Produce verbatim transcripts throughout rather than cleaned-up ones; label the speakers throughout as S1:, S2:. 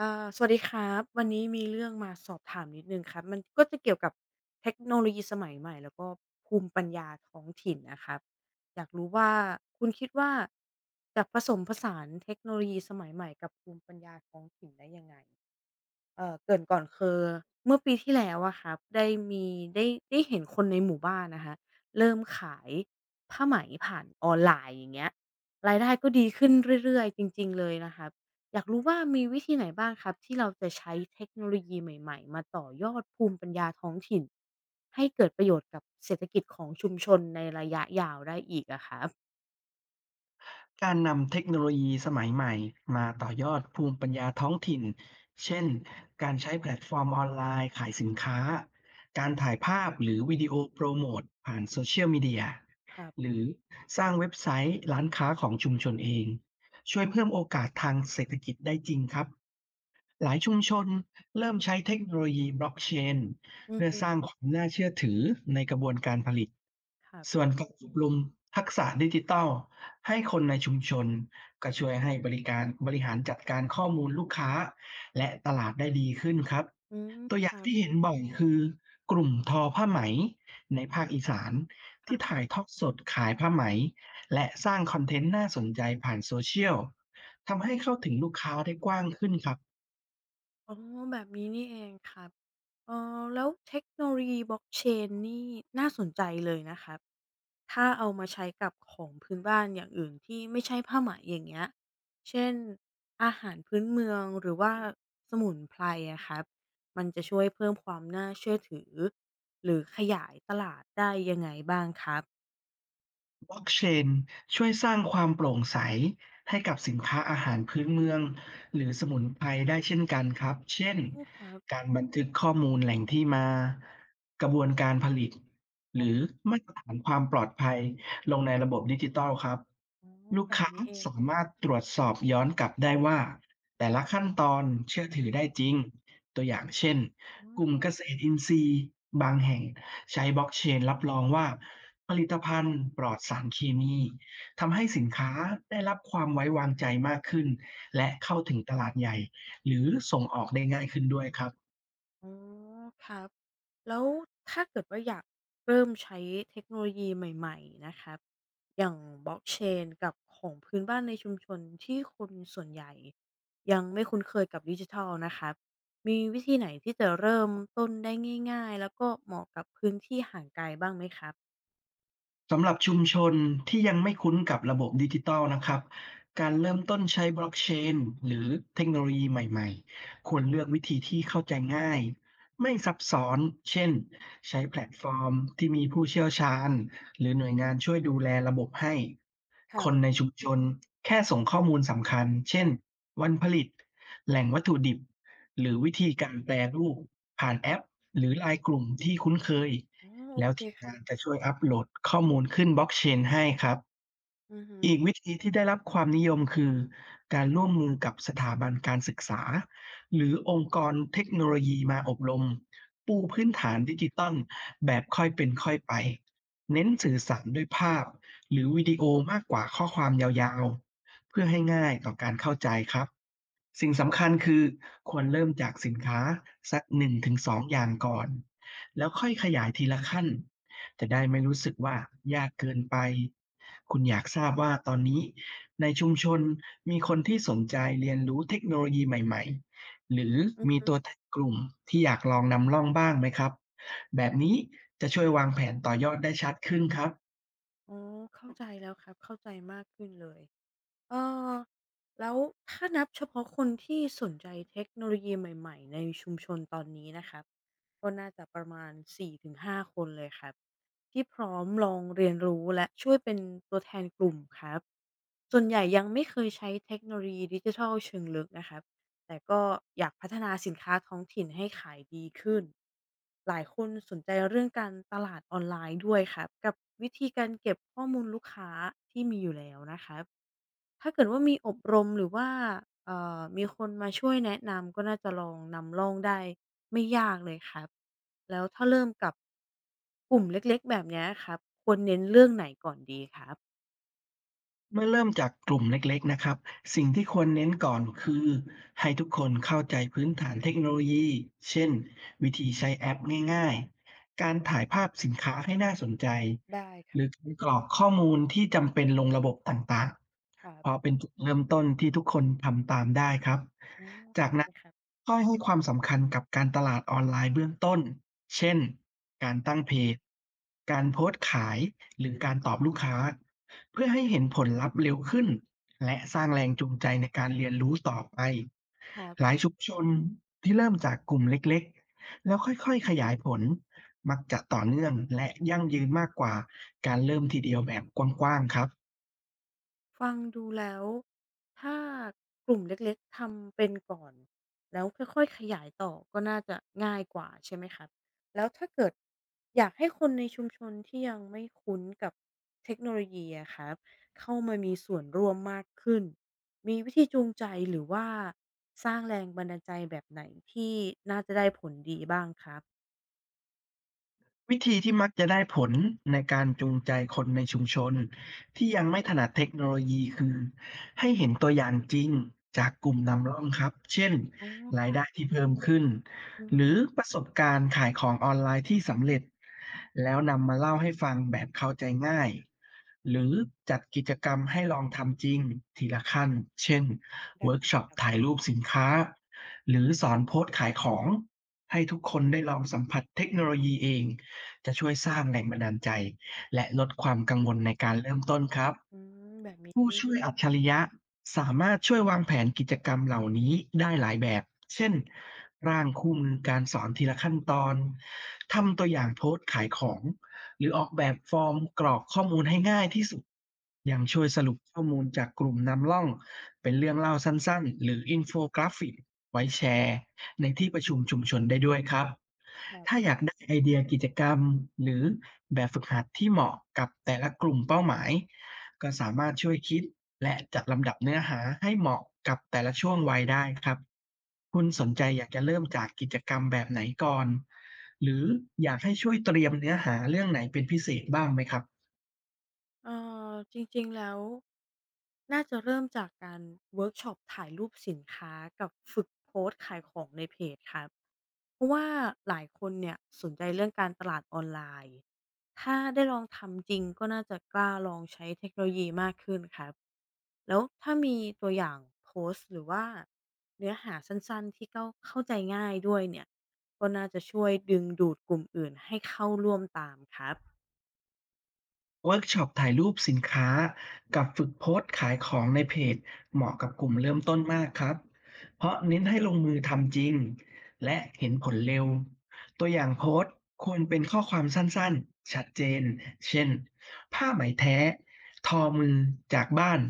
S1: อ่าสวัสดีครับวันนี้มีเรื่องมาสอบถามนิดนึงครับมันก็จะเกี่ยวกับเทคโนโลยีสมัยใหม่แล้วก็ภูมิปัญญาท้องถิ่นนะครับอยากรู้ว่าคุณคิดว่าจะผสมผสานเทคโนโลยีสมัยใหม่กับภูมิปัญญาท้องถิ่นได้ยังไง เอ่อเกริ่นก่อนคือเมื่อปีที่แล้วอะครับได้มีได้ได้เห็นคนในหมู่บ้านนะคะเริ่มขายผ้าไหมผ่านออนไลน์อย่างเงี้ยรายได้ก็ดีขึ้นเรื่อยๆจริงๆเลยนะครับอยากรู้ว่ามีวิธีไหนบ้างครับที่เราจะใช้เทคโนโลยีใหม่ๆมาต่อยอดภูมิปัญญาท้องถิ่นให้เกิดประโยชน์กับเศรษฐกิจของชุมชนในระยะยาวได้อีกอะครับ
S2: การนำเทคโนโลยีสมัยใหม่มาต่อยอดภูมิปัญญาท้องถิ่น เช่นการใช้แพลตฟอร์มออนไลน์ขายสินค้า การถ่ายภาพหรือวิดีโอโปรโมทผ่านโซเชียลมีเดีย
S1: ครับ
S2: หรือสร้างเว็บไซต์ร้านค้าของชุมชนเอง ช่วยเพิ่มโอกาสทางเศรษฐกิจได้จริงครับ หลายชุมชนเริ่มใช้เทคโนโลยีบล็อกเชน
S1: อือ
S2: เพื่อ
S1: ฮึ
S2: สร้างความน่าเชื่อถือในกระบวนการผลิต
S1: ครับ
S2: ส่วนการอบรมทักษะดิจิทัลให้คนในชุมชนก็ช่วยให้บริการบริหารจัดการข้อมูลลูกค้าและตลาดได้ดีขึ้นครับ
S1: อืม
S2: ตัวอ
S1: ค
S2: ย่าง
S1: รั
S2: ที่
S1: บ
S2: เห็นบ่อยคือกลุ่มทอผ้าไหมในภาคอีสานที่
S1: ค่ะ
S2: ถ่ายทอดสดขายผ้าไหมและสร้างคอนเทนต์น่าสนใจผ่านโซเชียลทำให้เข้าถึงลูกค้าได้กว้างขึ้นครับ
S1: อ๋อแบบนี้นี่เองครับเออแล้วเทคโนโลยี Blockchain นนี่น่าสนใจเลยนะครับถ้าเอามาใช้กับของพื้นบ้านอย่างอื่นที่ไม่ใช่ผ้าไหมอย่างเงี้ย เช่นอาหารพื้นเมืองหรือว่าสมุนไพรอะครับมันจะช่วยเพิ่มความน่าเชื่อถือหรือขยายตลาดได้ยังไงบ้างครับ
S2: บล็อกเชนช่วยสร้างความโปร่งใสให้กับสินค้าอาหารพื้นเมืองหรือสมุนไพรได้เช่นกันครับเช่น
S1: อ๋อครับ
S2: การบันทึกข้อมูลแหล่งที่มากระบวนการผลิตหรือมาตรฐานความปลอดภัยลงในระบบดิจิตอลครับ
S1: อ๋อ
S2: ลูก
S1: แบบ
S2: ค้า
S1: นี้เอง
S2: สามารถตรวจสอบย้อนกลับได้ว่าแต่ละขั้นตอนเชื่อถือได้จริงตัวอย่างเช่นกลุ่มเกษตรอินทรีย์บางแห่ง ใช้บล็อกเชนรับรองว่าผลิตภัณฑ์ปลอดสารเคมีทำให้สินค้าได้รับความไว้วางใจมากขึ้นและเข้าถึงตลาดใหญ่หรือส่งออกได้ง่ายขึ้นด้วยครับ
S1: อ๋อครับแล้วถ้าเกิดว่าอยากเริ่มใช้เทคโนโลยีใหม่ๆนะครับอย่าง Blockchain กเชนกับของพื้นบ้านในชุมชนที่คนส่วนใหญ่ยังไม่คุ้นเคยกับดิจิทัลนะครับมีวิธีไหนที่จะเริ่มต้นได้ง่ายๆแล้วก็เหมาะกับพื้นที่ห่างไกลบ้างไหมครับ
S2: สำหรับชุมชนที่ยังไม่คุ้นกับระบบดิจิทัลนะครับการเริ่มต้นใช้บล็อกเชนหรือเทคโนโลยีใหม่ๆควรเลือกวิธีที่เข้าใจง่ายไม่ซับซ้อนเช่นใช้แพลตฟอร์มที่มีผู้เชี่ยวชาญหรือหน่วยงานช่วยดูแลระบบให้คน
S1: ค่ะ
S2: ในชุมชนแค่ส่งข้อมูลสำคัญเช่นวันผลิตแหล่งวัตถุดิบหรือวิธีการแปรรูปผ่านแอปหรือไลน์กลุ่มที่คุ้นเคย
S1: อ๋อโอ
S2: แล้ว
S1: เค
S2: ทีม
S1: ครั
S2: งาน
S1: บ
S2: จะช่วยอัปโหลดข้อมูลขึ้น บล็อกเชน ให้ครับ
S1: อือฮึ
S2: อีกวิธีที่ได้รับความนิยมคือการร่วมมือกับสถาบันการศึกษาหรือองค์กรเทคโนโลยีมาอบรมปูพื้นฐานดิจิตอลแบบค่อยเป็นค่อยไปเน้นสื่อสารด้วยภาพหรือวิดีโอมากกว่าข้อความยาวๆเพื่อให้ง่ายต่อการเข้าใจครับสิ่งสำคัญคือควรเริ่มจากสินค้าสักหนึ่งถึงสองอย่างก่อนแล้วค่อยขยายทีละขั้น จะได้ไม่รู้สึกว่ายากเกินไป คุณอยากทราบว่าตอนนี้ในชุมชนมีคนที่สนใจเรียนรู้เทคโนโลยีใหม่ๆหรือมี
S1: อือ
S2: ตัวแทนกลุ่มที่อยากลองนำร่องบ้างไหมครับ แบบนี้จะช่วยวางแผนต่อยอดได้ชัดขึ้นครับ
S1: อ๋อเข้าใจแล้วครับเข้าใจมากขึ้นเลย เอ่อแล้วถ้านับเฉพาะคนที่สนใจเทคโนโลยีใหม่ๆในชุมชนตอนนี้นะครับก็น่าจะประมาณสี่ถึงห้าคนเลยครับที่พร้อมลองเรียนรู้และช่วยเป็นตัวแทนกลุ่มครับส่วนใหญ่ยังไม่เคยใช้เทคโนโลยีดิจิทัลเชิงลึกนะครับแต่ก็อยากพัฒนาสินค้าท้องถิ่นให้ขายดีขึ้นหลายคนสนใจเรื่องการตลาดออนไลน์ด้วยครับกับวิธีการเก็บข้อมูลลูกค้าที่มีอยู่แล้วนะครับ ถ้าเกิดว่ามีอบรมหรือว่าเอ่อมีคนมาช่วยแนะนำก็น่าจะลองนำร่องได้ไม่ยากเลยครับแล้วถ้าเริ่มกับกลุ่มเล็กๆแบบเนี้ยครับครับ
S2: เมื่อเริ่มจากกลุ่มเล็กๆ นะครับ สิ่งที่ควรเน้นก่อนคือให้ทุกคนเข้าใจพื้นฐานเทคโนโลยี เช่นวิธีใช้แอปง่ายๆ การถ่ายภาพสินค้าให้น่าสนใจ
S1: ได้
S2: ห
S1: ค่ะ
S2: รือการกรอกข้อมูลที่จำเป็นลงระบบต่าง
S1: ครั
S2: ๆเพ
S1: บ
S2: ราะเป็นจุดเริ่มต้นที่ทุกคนทำตามได้ครับ
S1: ออ
S2: จากนั้
S1: เล
S2: น
S1: ยครับ
S2: ค่อยให้ความสำคัญกับการตลาดออนไลน์เบื้องต้นเช่นการตั้งเพจการโพสต์ขายหรือการตอบลูกค้า เพื่อให้เห็นผลลัพธ์เร็วขึ้นและสร้างแรงจูงใจในการเรียนรู้ต่อไป
S1: ครับ
S2: หลายชุมชนที่เริ่มจากกลุ่มเล็กๆแล้วค่อยๆขยายผลมักจะต่อเนื่องและยั่งยืนมากกว่าการเริ่มทีเดียวแบบกว้างๆครับ
S1: ฟังดูแล้วถ้ากลุ่มเล็กๆทำเป็นก่อนแล้วค่อยๆขยายต่อก็น่าจะง่ายกว่าใช่ไหมครับแล้วถ้าเกิดอยากให้คนในชุมชนที่ยังไม่คุ้นกับเทคโนโลยีอะครับเข้ามามีส่วนร่วมมากขึ้นมีวิธีจูงใจหรือว่าสร้างแรงบันดาลใจแบบไหนที่น่าจะได้ผลดีบ้างครับ
S2: วิธีที่มักจะได้ผลในการจูงใจคนในชุมชนที่ยังไม่ถนัดเทคโนโลยีคือให้เห็นตัวอย่างจริงจากกลุ่มนำร่องครับเช่น
S1: อ๋
S2: ราย
S1: อ
S2: ได้ที่เพิ่มขึ้น
S1: อื
S2: หรือ
S1: ม
S2: ประสบการณ์ขายของออนไลน์ที่สำเร็จแล้วนำมาเล่าให้ฟังแบบเข้าใจง่ายหรือจัดกิจกรรมให้ลองทำจริงทีละขั้นเช่น
S1: ได้
S2: เวิร์กช็อป
S1: ครับ
S2: ถ่ายรูปสินค้าหรือสอนโพสต์ขายของให้ทุกคนได้ลองสัมผัสเทคโนโลยีเอง จะช่วยสร้างแรงบันดาลใจและลดความกังวลในการเริ่มต้นครับ
S1: อืมแบบนี้
S2: ผู้
S1: นี่
S2: ช่
S1: เอ
S2: วย
S1: ง
S2: อัจฉริยะสามารถช่วยวางแผนกิจกรรมเหล่านี้ได้หลายแบบ เช่น ร่างคู่มือการสอนทีละขั้นตอน ทำตัวอย่างโพสต์ขายของ หรือออกแบบฟอร์มกรอกข้อมูลให้ง่ายที่สุดยังช่วยสรุปข้อมูลจากกลุ่มนำร่องเป็นเรื่องเล่าสั้นๆ หรืออินโฟกราฟิกไว้แชร์ในที่ประชุมชุมชนได้ด้วยครับ ถ้าอยากได้ไอเดียกิจกรรมหรือแบบฝึกหัดที่เหมาะกับแต่ละกลุ่มเป้าหมาย ก็สามารถช่วยคิดและจัดลำดับเนื้อหาให้เหมาะกับแต่ละช่วงวัยได้ครับ คุณสนใจอยากจะเริ่มจากกิจกรรมแบบไหนก่อน หรืออยากให้ช่วยเตรียมเนื้อหาเรื่องไหนเป็นพิเศษบ้างไหมครับ
S1: เอ่อจริงๆแล้วน่าจะเริ่มจากการเวิร์กช็อปถ่ายรูปสินค้ากับฝึกโพสต์ขายของในเพจครับเพราะว่าหลายคนเนี่ยสนใจเรื่องการตลาดออนไลน์ถ้าได้ลองทำจริงก็น่าจะกล้าลองใช้เทคโนโลยีมากขึ้นครับแล้วถ้ามีตัวอย่างโพสต์หรือว่าเนื้อหาสั้นๆที่เข้าเข้าใจง่ายด้วยเนี่ยก็น่าจะช่วยดึงดูดกลุ่มอื่นให้เข้าร่วมตามครับ
S2: เวิร์กช็อปถ่ายรูปสินค้ากับฝึกโพสต์ขายของในเพจเหมาะกับกลุ่มเริ่มต้นมากครับเพราะเน้นให้ลงมือทำจริงและเห็นผลเร็วตัวอย่างโพสต์ควรเป็นข้อความสั้นๆชัดเจนเช่นผ้าไหมแท้ทอมือจากบ้าน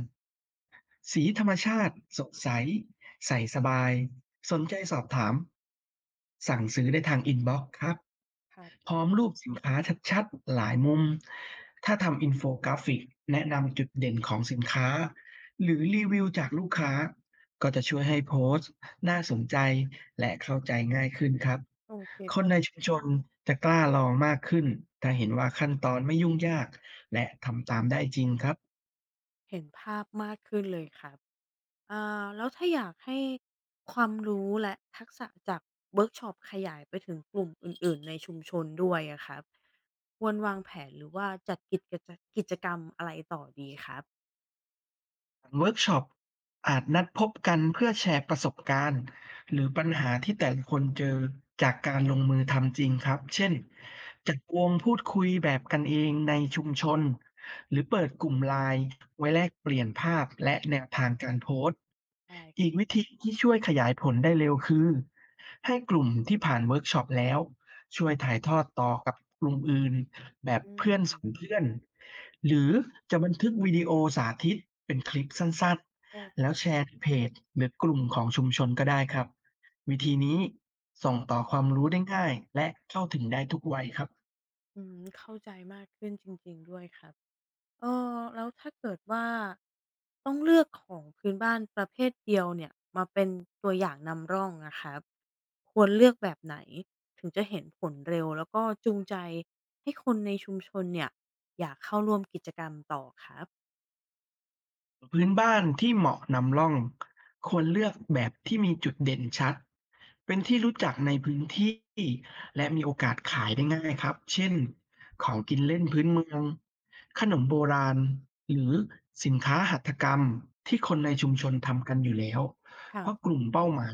S2: สีธรรมชาติสดใสใส่สบายสนใจสอบถามสั่งซื้อได้ทางอินบ็อกซ์ครับ
S1: ครับ
S2: พร้อมรูปสินค้าชัดๆหลายมุม ถ้าทำอินโฟกราฟิกแนะนำจุดเด่นของสินค้าหรือรีวิวจากลูกค้าก็จะช่วยให้โพสต์น่าสนใจและเข้าใจง่ายขึ้นครับ
S1: โอเค
S2: คนในชุมชนจะกล้าลองมากขึ้นถ้าเห็นว่าขั้นตอนไม่ยุ่งยากและทำตามได้จริงครับ
S1: เห็นภาพมากขึ้นเลยครับอ่าแล้วถ้าอยากให้ความรู้และทักษะจากเวิร์กช็อปขยายไปถึงกลุ่มอื่นๆในชุมชนด้วยอะครับควรวางแผนหรือว่าจัดกิจกรรมกิจกรรมอะไรต่อดีครับ
S2: เวิร์กช็อปอาจนัดพบกันเพื่อแชร์ประสบการณ์หรือปัญหาที่แต่ละคนเจอจากการลงมือทำจริงครับเช่นจัดวงพูดคุยแบบกันเองในชุมชนหรือเปิดกลุ่มไลน์ไว้แลกเปลี่ยนภาพและแนวทางการโพสต์
S1: อะไร
S2: อีกวิธีที่ช่วยขยายผลได้เร็วคือให้กลุ่มที่ผ่านเวิร์กช็อปแล้ว ช่วยถ่ายทอดต่อกับกลุ่มอื่นแบบ
S1: อืม
S2: เพื่อน
S1: อ
S2: สอนเพื่อนหรือจะบันทึกวิดีโอสาธิตเป็นคลิปสั้นๆแล้วแชร์ในเพจหรือกลุ่มของชุมชนก็ได้ครับวิธีนี้ส่งต่อความรู้ได้ง่ายและเข้าถึงได้ทุกวัยครับ
S1: ืมเข้าใจมากขึ้นจริงๆด้วยครับ เออแล้วถ้าเกิดว่าต้องเลือกของพื้นบ้านประเภทเดียวเนี่ยมาเป็นตัวอย่างนำร่องอะครับควรเลือกแบบไหนถึงจะเห็นผลเร็วแล้วก็จูงใจให้คนในชุมชนเนี่ยอยากเข้าร่วมกิจกรรมต่อครับ
S2: พื้นบ้านที่เหมาะนำร่องควรเลือกแบบที่มีจุดเด่นชัดเป็นที่รู้จักในพื้นที่และมีโอกาสขายได้ง่ายครับเช่นของกินเล่นพื้นเมืองขนมโบราณหรือสินค้าหัตถกรรมที่คนในชุมชนทำกันอยู่แล้วเพราะ
S1: ค่ะ
S2: กลุ่มเป้าหมาย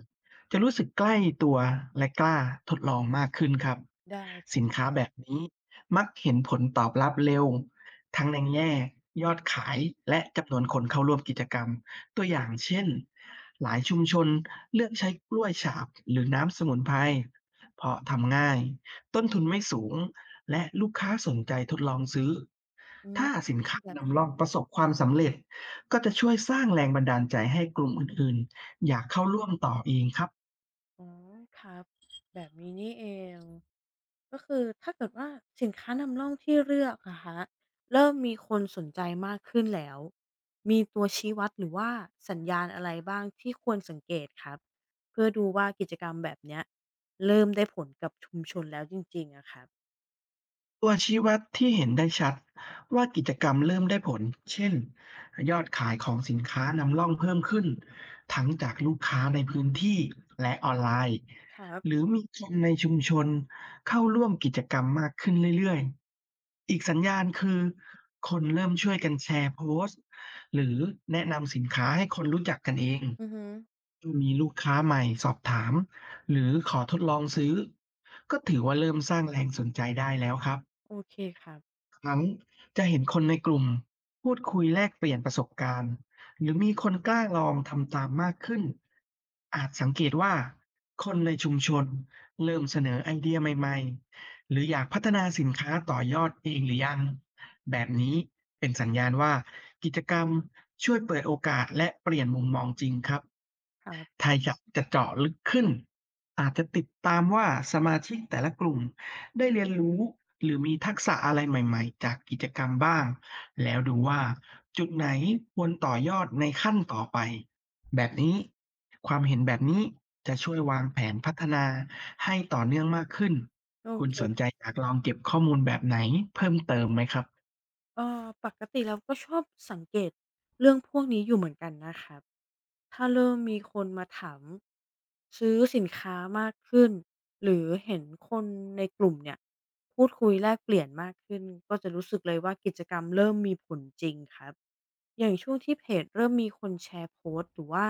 S2: จะรู้สึกใกล้ตัวและกล้าทดลองมากขึ้นครับ
S1: ได้ค
S2: สินค้าแบบนี้มักเห็นผลตอบรับเร็ว ทั้งในแง่ยอดขายและจำนวนคนเข้าร่วมกิจกรรมตัวอย่างเช่นหลายชุมชนเลือกใช้กล้วยฉาบหรือน้ำสมุนไพรเพราะทำง่ายต้นทุนไม่สูงและลูกค้าสนใจทดลองซื้อ
S1: อื
S2: ถ้า
S1: อื
S2: สิน
S1: ม
S2: ค้า
S1: แบบ
S2: นำร่อง
S1: นี้
S2: ประสบความสำเร็จก็จะช่วยสร้างแรงบันดาลใจให้กลุ่มอื่นๆอยากเข้าร่วมต่อเองครับ
S1: อ๋อครับแบบนี้นี่เองก็คือถ้าเกิดว่าสินค้านำร่องที่เลือกอะคะเริ่มมีคนสนใจมากขึ้นแล้วมีตัวชี้วัดหรือว่าสัญญาณอะไรบ้างที่ควรสังเกตครับเพื่อดูว่ากิจกรรมแบบเนี้ยเริ่มได้ผลกับชุมชนแล้วจริงๆอะครับ
S2: ตัวชี้วัดที่เห็นได้ชัดว่ากิจกรรมเริ่มได้ผล เช่นยอดขายของสินค้านำร่องเพิ่มขึ้นทั้งจากลูกค้าในพื้นที่และออนไลน์
S1: ครับ
S2: หรือมีคนในชุมชนเข้าร่วมกิจกรรมมากขึ้นเรื่อยๆ อีกสัญญาณคือคนเริ่มช่วยกันแชร์โพสต์หรือแนะนำสินค้าให้คนรู้จักกันเอง
S1: อือฮึ
S2: มีลูกค้าใหม่สอบถามหรือขอทดลองซื้อก็ถือว่าเริ่มสร้างแรงสนใจได้แล้วครับ
S1: โอเคครับ
S2: ครั้งจะเห็นคนในกลุ่มพูดคุยแลกเปลี่ยนประสบการณ์หรือมีคนกล้าลองทำตามมากขึ้นอาจสังเกตว่าคนในชุมชนเริ่มเสนอไอเดียใหม่ๆหรืออยากพัฒนาสินค้าต่อยอดเองหรือยังแบบนี้เป็นสัญญาณว่ากิจกรรมช่วยเปิดโอกาสและเปลี่ยนมุมมองจริงครับ
S1: ครับ
S2: ถ้าอยากจะเจาะลึกขึ้นอาจจะติดตามว่าสมาชิกแต่ละกลุ่มได้เรียนรู้หรือมีทักษะอะไรใหม่ๆจากกิจกรรมบ้างแล้วดูว่าจุดไหนควรต่อยอดในขั้นต่อไปแบบนี้ความเห็นแบบนี้จะช่วยวางแผนพัฒนาให้ต่อเนื่องมากขึ้น
S1: โอ
S2: คุณสน
S1: เค
S2: ใจอยากลองเก็บข้อมูลแบบไหนเพิ่มเติมไหมครับ
S1: เอ่อปกติเราก็ชอบสังเกตเรื่องพวกนี้อยู่เหมือนกันนะครับ ถ้าเริ่มมีคนมาถามซื้อสินค้ามากขึ้นหรือเห็นคนในกลุ่มเนี่ยพูดคุยแลกเปลี่ยนมากขึ้นก็จะรู้สึกเลยว่ากิจกรรมเริ่มมีผลจริงครับ อย่างช่วงที่เพจเริ่มมีคนแชร์โพสต์หรือว่า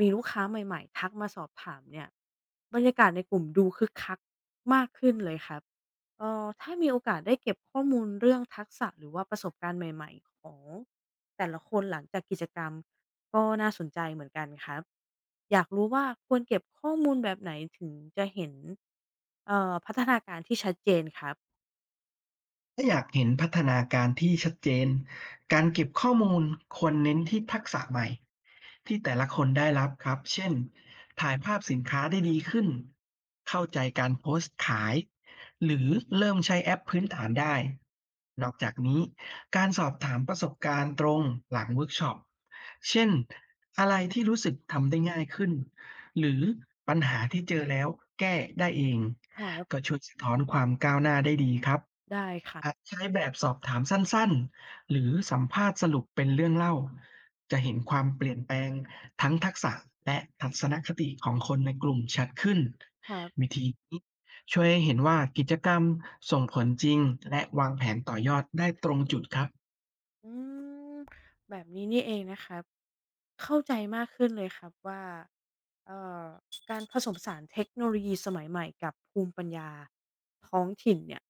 S1: มีลูกค้าใหม่ๆทักมาสอบถามเนี่ยบรรยากาศในกลุ่มดูคึกคักมากขึ้นเลยครับ เอ่อถ้ามีโอกาสได้เก็บข้อมูลเรื่องทักษะหรือว่าประสบการณ์ใหม่ๆของแต่ละคนหลังจากกิจกรรมก็น่าสนใจเหมือนกันครับอยากรู้ว่าควรเก็บข้อมูลแบบไหนถึงจะเห็นเอ่อพัฒนาการที่ชัดเจนครับ
S2: ถ้าอยากเห็นพัฒนาการที่ชัดเจน การเก็บข้อมูลควรเน้นที่ทักษะใหม่ที่แต่ละคนได้รับครับ เช่น ถ่ายภาพสินค้าได้ดีขึ้น เข้าใจการโพสต์ขาย หรือเริ่มใช้แอปพื้นฐานได้นอกจากนี้การสอบถามประสบการณ์ตรงหลังเวิร์กช็อป เช่น อะไรที่รู้สึกทำได้ง่ายขึ้น หรือปัญหาที่เจอแล้วแก้ได้เอง
S1: ครั
S2: ก็
S1: บ
S2: ช่วยสะท้อนความก้าวหน้าได้ดีครับ
S1: ได้ครั
S2: อาจ
S1: บ
S2: ใช้แบบสอบถามสั้นๆ หรือสัมภาษณ์สรุปเป็นเรื่องเล่าจะเห็นความเปลี่ยนแปลงทั้งทักษะและทัศนคติของคนในกลุ่มชัดขึ้น
S1: ครับ
S2: วิธีนี้ช่วยให้เห็นว่ากิจกรรมส่งผลจริงและวางแผนต่อยอดได้ตรงจุดครับ
S1: อืมแบบนี้นี่เองนะครับเข้าใจมากขึ้นเลยครับว่าเอ่อการผสมผสานเทคโนโลยีสมัยใหม่กับภูมิปัญญาท้องถิ่นเนี่ย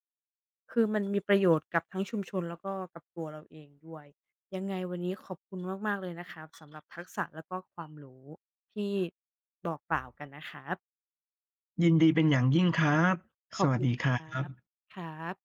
S1: คือมันมีประโยชน์กับทั้งชุมชนแล้วก็กับตัวเราเองด้วยยังไงวันนี้ขอบคุณมากๆเลยนะครับสำหรับทักษะแล้วก็ความรู้ที่บอกกล่าวกันนะครับ
S2: ยินดีเป็นอย่างยิ่งครับ
S1: ข
S2: ส
S1: อบ
S2: วัส
S1: คุณ
S2: ดี
S1: ค
S2: ครั
S1: รั
S2: บ
S1: บครับ